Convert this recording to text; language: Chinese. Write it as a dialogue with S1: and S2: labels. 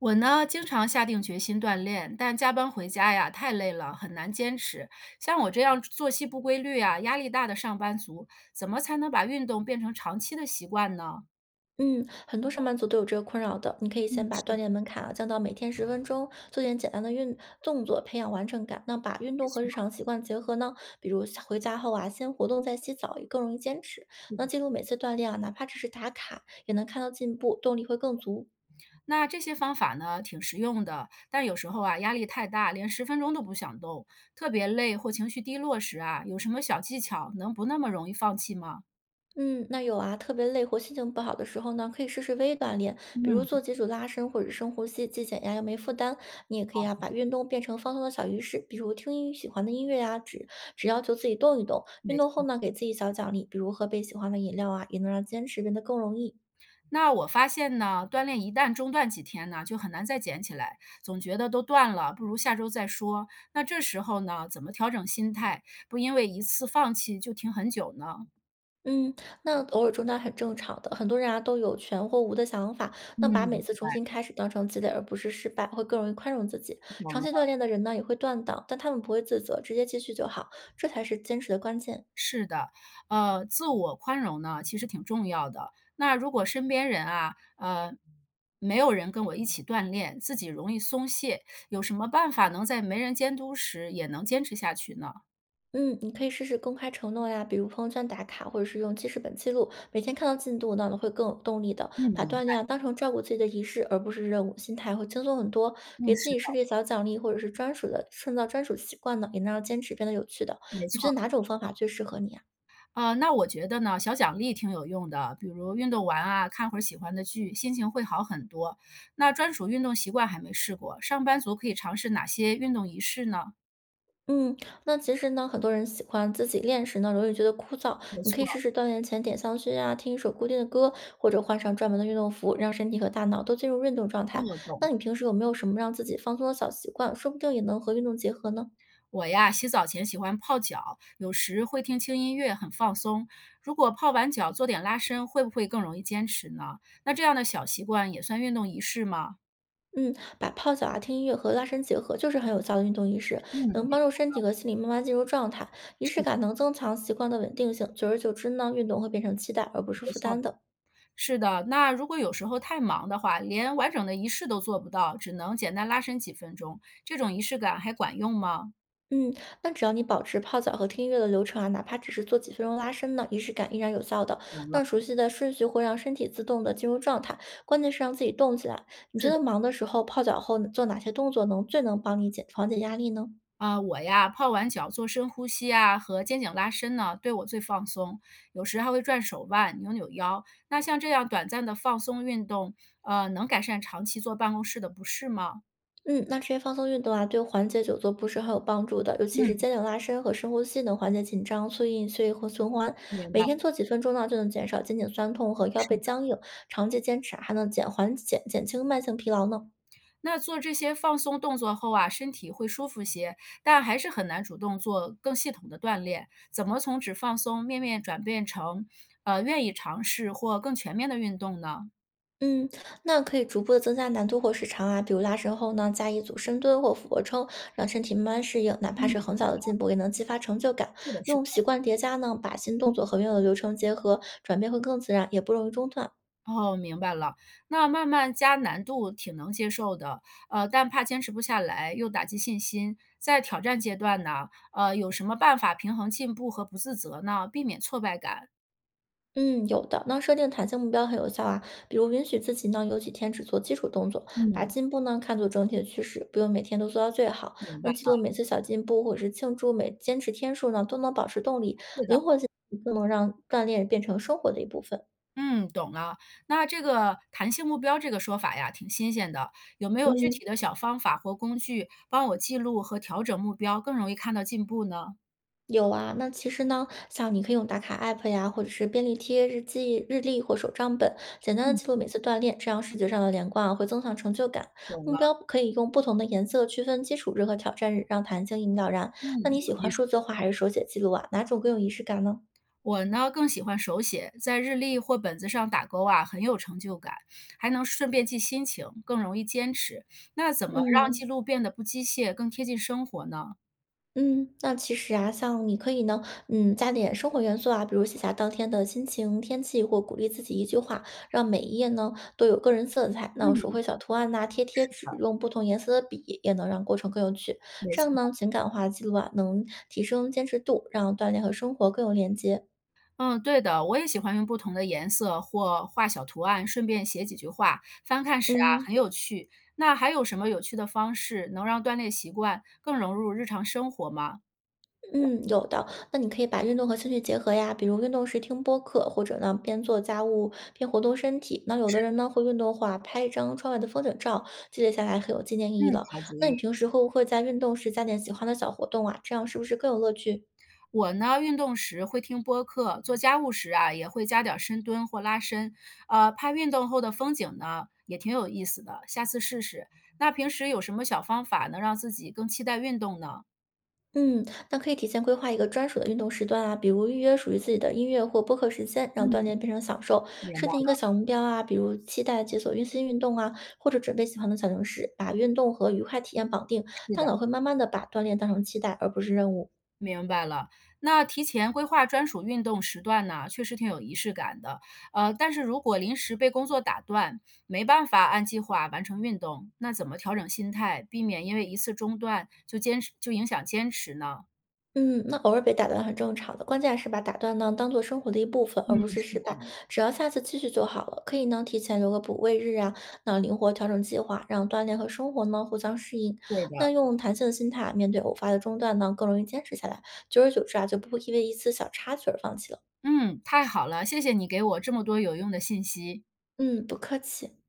S1: 我呢，经常下定决心锻炼，但加班回家呀，太累了，很难坚持。像我这样作息不规律啊，压力大的上班族，怎么才能把运动变成长期的习惯呢？
S2: 嗯，很多上班族都有这个困扰的。你可以
S1: 嗯，
S2: 先把锻
S1: 是
S2: 炼门槛降到每天10分钟，做点简单的运动作，培养完成感。那把运
S1: 没
S2: 动和日
S1: 错。
S2: 常习惯结合呢，比如下回家后，先活动再洗澡，也更容易坚持。那记录每次锻炼，哪怕只是打卡，也能看到进步，动力会更足。
S1: 那这些方法呢，挺实用的，但有时候啊，压力太大，连十分钟都不想动。特别累或情绪低落时啊，有什么小技巧能不那么容易放弃吗？
S2: 嗯，那有啊，特别累或心情不好的时候呢，可以试试微锻炼，比如做
S1: 嗯。
S2: 几组拉伸或者深呼吸，既减压又没负担。你也可以啊，把运动变成放松的小仪式，比如听音喜欢的音乐呀、只要求自己动一动。运
S1: 没。
S2: 动后呢，给自己小奖励，比如喝杯喜欢的饮料啊，也能让坚持变得更容易。
S1: 那我发现呢，锻炼一旦中断几天呢，就很难再捡起来，总觉得都断了，不如下周再说。那这时候呢，怎么调整心态，不因为一次放弃就停很久呢？
S2: 嗯，那偶尔中断很正常的，很多人啊都有全或无的想法。
S1: 嗯，
S2: 那把
S1: 明
S2: 每次重
S1: 白。
S2: 新开始当成积累，而不是失败，会更容易宽容自己。
S1: 懂
S2: 长
S1: 了，
S2: 期锻炼的人呢，也会断档，但他们不会自责，直接继续就好，这才是坚持的关键。
S1: 是的，自我宽容呢，其实挺重要的。那如果身边人啊，没有人跟我一起锻炼，自己容易松懈，有什么办法能在没人监督时也能坚持下去呢？
S2: 嗯，你可以试试公开承诺呀，比如朋友圈打卡，或者是用记事本记录，每天看到进度呢，会更有动力的。把
S1: 嗯，
S2: 锻炼啊当成照顾自己的仪式，而不是任务，心态会轻松很多。
S1: 嗯，
S2: 给自
S1: 是
S2: 己设
S1: 的，
S2: 立小奖励，或者是专属的，创造专属习惯呢，也能让坚持变得有趣的。
S1: 没
S2: 你觉
S1: 错。
S2: 得哪种方法最适合你啊？
S1: 那我觉得呢，小奖励挺有用的，比如运动完啊，看会儿喜欢的剧，心情会好很多。那专属运动习惯还没试过，上班族可以尝试哪些运动仪式呢？
S2: 嗯，那其实呢，很多人喜欢自己练时呢，容易觉得枯燥。
S1: 没
S2: 你可
S1: 错，
S2: 以试试锻炼前点香薰啊，听一首固定的歌，或者换上专门的运动服，让身体和大脑都进入运动状态。
S1: 哦，懂了。
S2: 那你平时有没有什么让自己放松的小习惯？说不定也能和运动结合呢。
S1: 我呀，洗澡前喜欢泡脚，有时会听轻音乐，很放松。如果泡完脚做点拉伸，会不会更容易坚持呢？那这样的小习惯也算运动仪式吗？
S2: 嗯，把泡脚啊、听音乐和拉伸结合，就是很有效的运动仪式，
S1: 嗯，
S2: 能帮助身体和心理慢慢进入状态。仪式感能增强习惯的稳定性，久而久之呢，运动会变成期待而不是
S1: 没
S2: 负
S1: 错。
S2: 担的。
S1: 是的，那如果有时候太忙的话，连完整的仪式都做不到，只能简单拉伸几分钟，这种仪式感还管用吗？
S2: 嗯，那只要你保持泡脚和听音乐的流程啊，哪怕只是做几分钟拉伸呢，仪式感依然有效的。
S1: 有了，
S2: 那熟悉的顺序会让身体自动的进入状态，关键是让自己动起来。你觉
S1: 是的，
S2: 得忙的时候泡脚后做哪些动作能最能帮你减缓解压力呢？
S1: 啊、我呀，泡完脚做深呼吸啊和肩颈拉伸呢，对我最放松，有时还会转手腕、扭扭腰。那像这样短暂的放松运动，能改善长期坐办公室的不适吗？
S2: 嗯，那这些放松运动啊，对缓解久坐不适很有帮助的，尤其是
S1: 嗯，
S2: 肩颈拉伸和深呼吸，能缓解紧张、促进血液和循环。
S1: 明白，
S2: 每天做几分钟呢，就能减少肩颈酸痛和腰背
S1: 是
S2: 僵硬，长期坚持啊还能减缓减减轻慢性疲劳呢。
S1: 那做这些放松动作后啊，身体会舒服些，但还是很难主动做更系统的锻炼。怎么从只放松面面转变成，愿意尝试或更全面的运动呢？
S2: 嗯，那可以逐步的增加难度或时长啊，比如拉伸后呢，加一组深蹲或俯卧撑，让身体慢慢适应，哪怕
S1: 嗯，
S2: 是很小的进步，也能激发成就感。
S1: 是的，是
S2: 用
S1: 的。
S2: 习惯叠加呢，把新动作和原有的流程结合，转变会更自然，也不容易中断。
S1: 哦，明白了。那慢慢加难度挺能接受的，但怕坚持不下来，又打击信心。在挑战阶段呢，有什么办法平衡进步和不自责呢？避免挫败感？
S2: 嗯，有的。那设定弹性目标很有效啊，比如允许自己呢有几天只做基础动作，把
S1: 嗯，
S2: 进步呢看作整体的趋势，不用每天都做到最好。
S1: 明白
S2: 那记
S1: 了，
S2: 录每次小进步，或者是庆祝每坚持天数呢，都能保持动力，
S1: 是的。
S2: 灵活性更能让锻炼变成生活的一部分。
S1: 嗯，懂了。那这个弹性目标这个说法呀，挺新鲜的。有没有具
S2: 嗯，
S1: 体的小方法或工具帮我记录和调整目标，更容易看到进步呢？
S2: 有啊。那其实呢，像你可以用打卡 app 呀，或者是便利贴、日记、日历或手账本，简单的
S1: 嗯，
S2: 记录每次锻炼，这样视觉上的连贯啊，会增强成就感。
S1: 懂
S2: 目
S1: 了。
S2: 标可以用不同的颜色区分基础日和挑战日，让弹性一目了然。
S1: 嗯，
S2: 那你喜
S1: 有意
S2: 欢
S1: 思。
S2: 数字化还是手写记录啊？哪种更有仪式感呢？
S1: 我呢更喜欢手写，在日历或本子上打勾啊，很有成就感，还能顺便记心情，更容易坚持。那怎么让记
S2: 嗯。
S1: 录变得不机械，更贴近生活呢？
S2: 嗯，那其实啊，像你可以呢，加点生活元素啊，比如写下当天的心情、天气，或鼓励自己一句话，让每一页呢都有个人色彩。那手
S1: 嗯，
S2: 绘小图案呐、贴贴纸，用不同颜色的笔，也能让过程更有趣。
S1: 没
S2: 这
S1: 错。
S2: 样呢，情感化记录啊，能提升坚持度，让锻炼和生活更有连接。
S1: 嗯，对的，我也喜欢用不同的颜色或画小图案，顺便写几句话。翻看时啊，
S2: 嗯。
S1: 很有趣。那还有什么有趣的方式能让锻炼习惯更融入日常生活吗？
S2: 嗯，有的。那你可以把运动和兴趣结合呀，比如运动时听播客，或者呢边做家务边活动身体。那有的人呢会运动后话，拍一张窗外的风景照，记录下来很有纪念
S1: 嗯，
S2: 意义了。
S1: 好主
S2: 那
S1: 意。
S2: 你平时会不会在运动时加点喜欢的小活动啊？这样是不是更有乐趣？
S1: 我呢，运动时会听播客，做家务时啊，也会加点儿深蹲或拉伸。拍运动后的风景呢，也挺有意思的，下次试试。那平时有什么小方法能让自己更期待运动呢？
S2: 嗯，那可以提前规划一个专属的运动时段啊，比如预约属于自己的音乐或播客时间，让锻
S1: 嗯，
S2: 炼变成享受。
S1: 明
S2: 设
S1: 白
S2: 定一个
S1: 了。
S2: 小目标啊，比如期待解锁运新运动啊，或者准备喜欢的小零食，把运动和愉快体验绑定，
S1: 是
S2: 大
S1: 的。
S2: 脑会慢慢的把锻炼当成期待而不是任务。
S1: 明白了，那提前规划专属运动时段呢，确实挺有仪式感的。但是如果临时被工作打断，没办法按计划完成运动，那怎么调整心态，避免因为一次中断就坚持就影响坚持呢？
S2: 嗯，那偶尔被打断很正常的，关键是把打断呢当做生活的一部分，而不
S1: 嗯，
S2: 是失败。只要下次继续就好了。可以呢提前留个补位日啊，那灵活调整计划，让锻炼和生活呢互相适应。
S1: 对
S2: 那
S1: 的。
S2: 用弹性的心态面对偶发的中断呢，更容易坚持下来。久而久之啊，就不会因为一次小插曲而放弃了。
S1: 嗯，太好了，谢谢你给我这么多有用的信息。
S2: 嗯，不客气。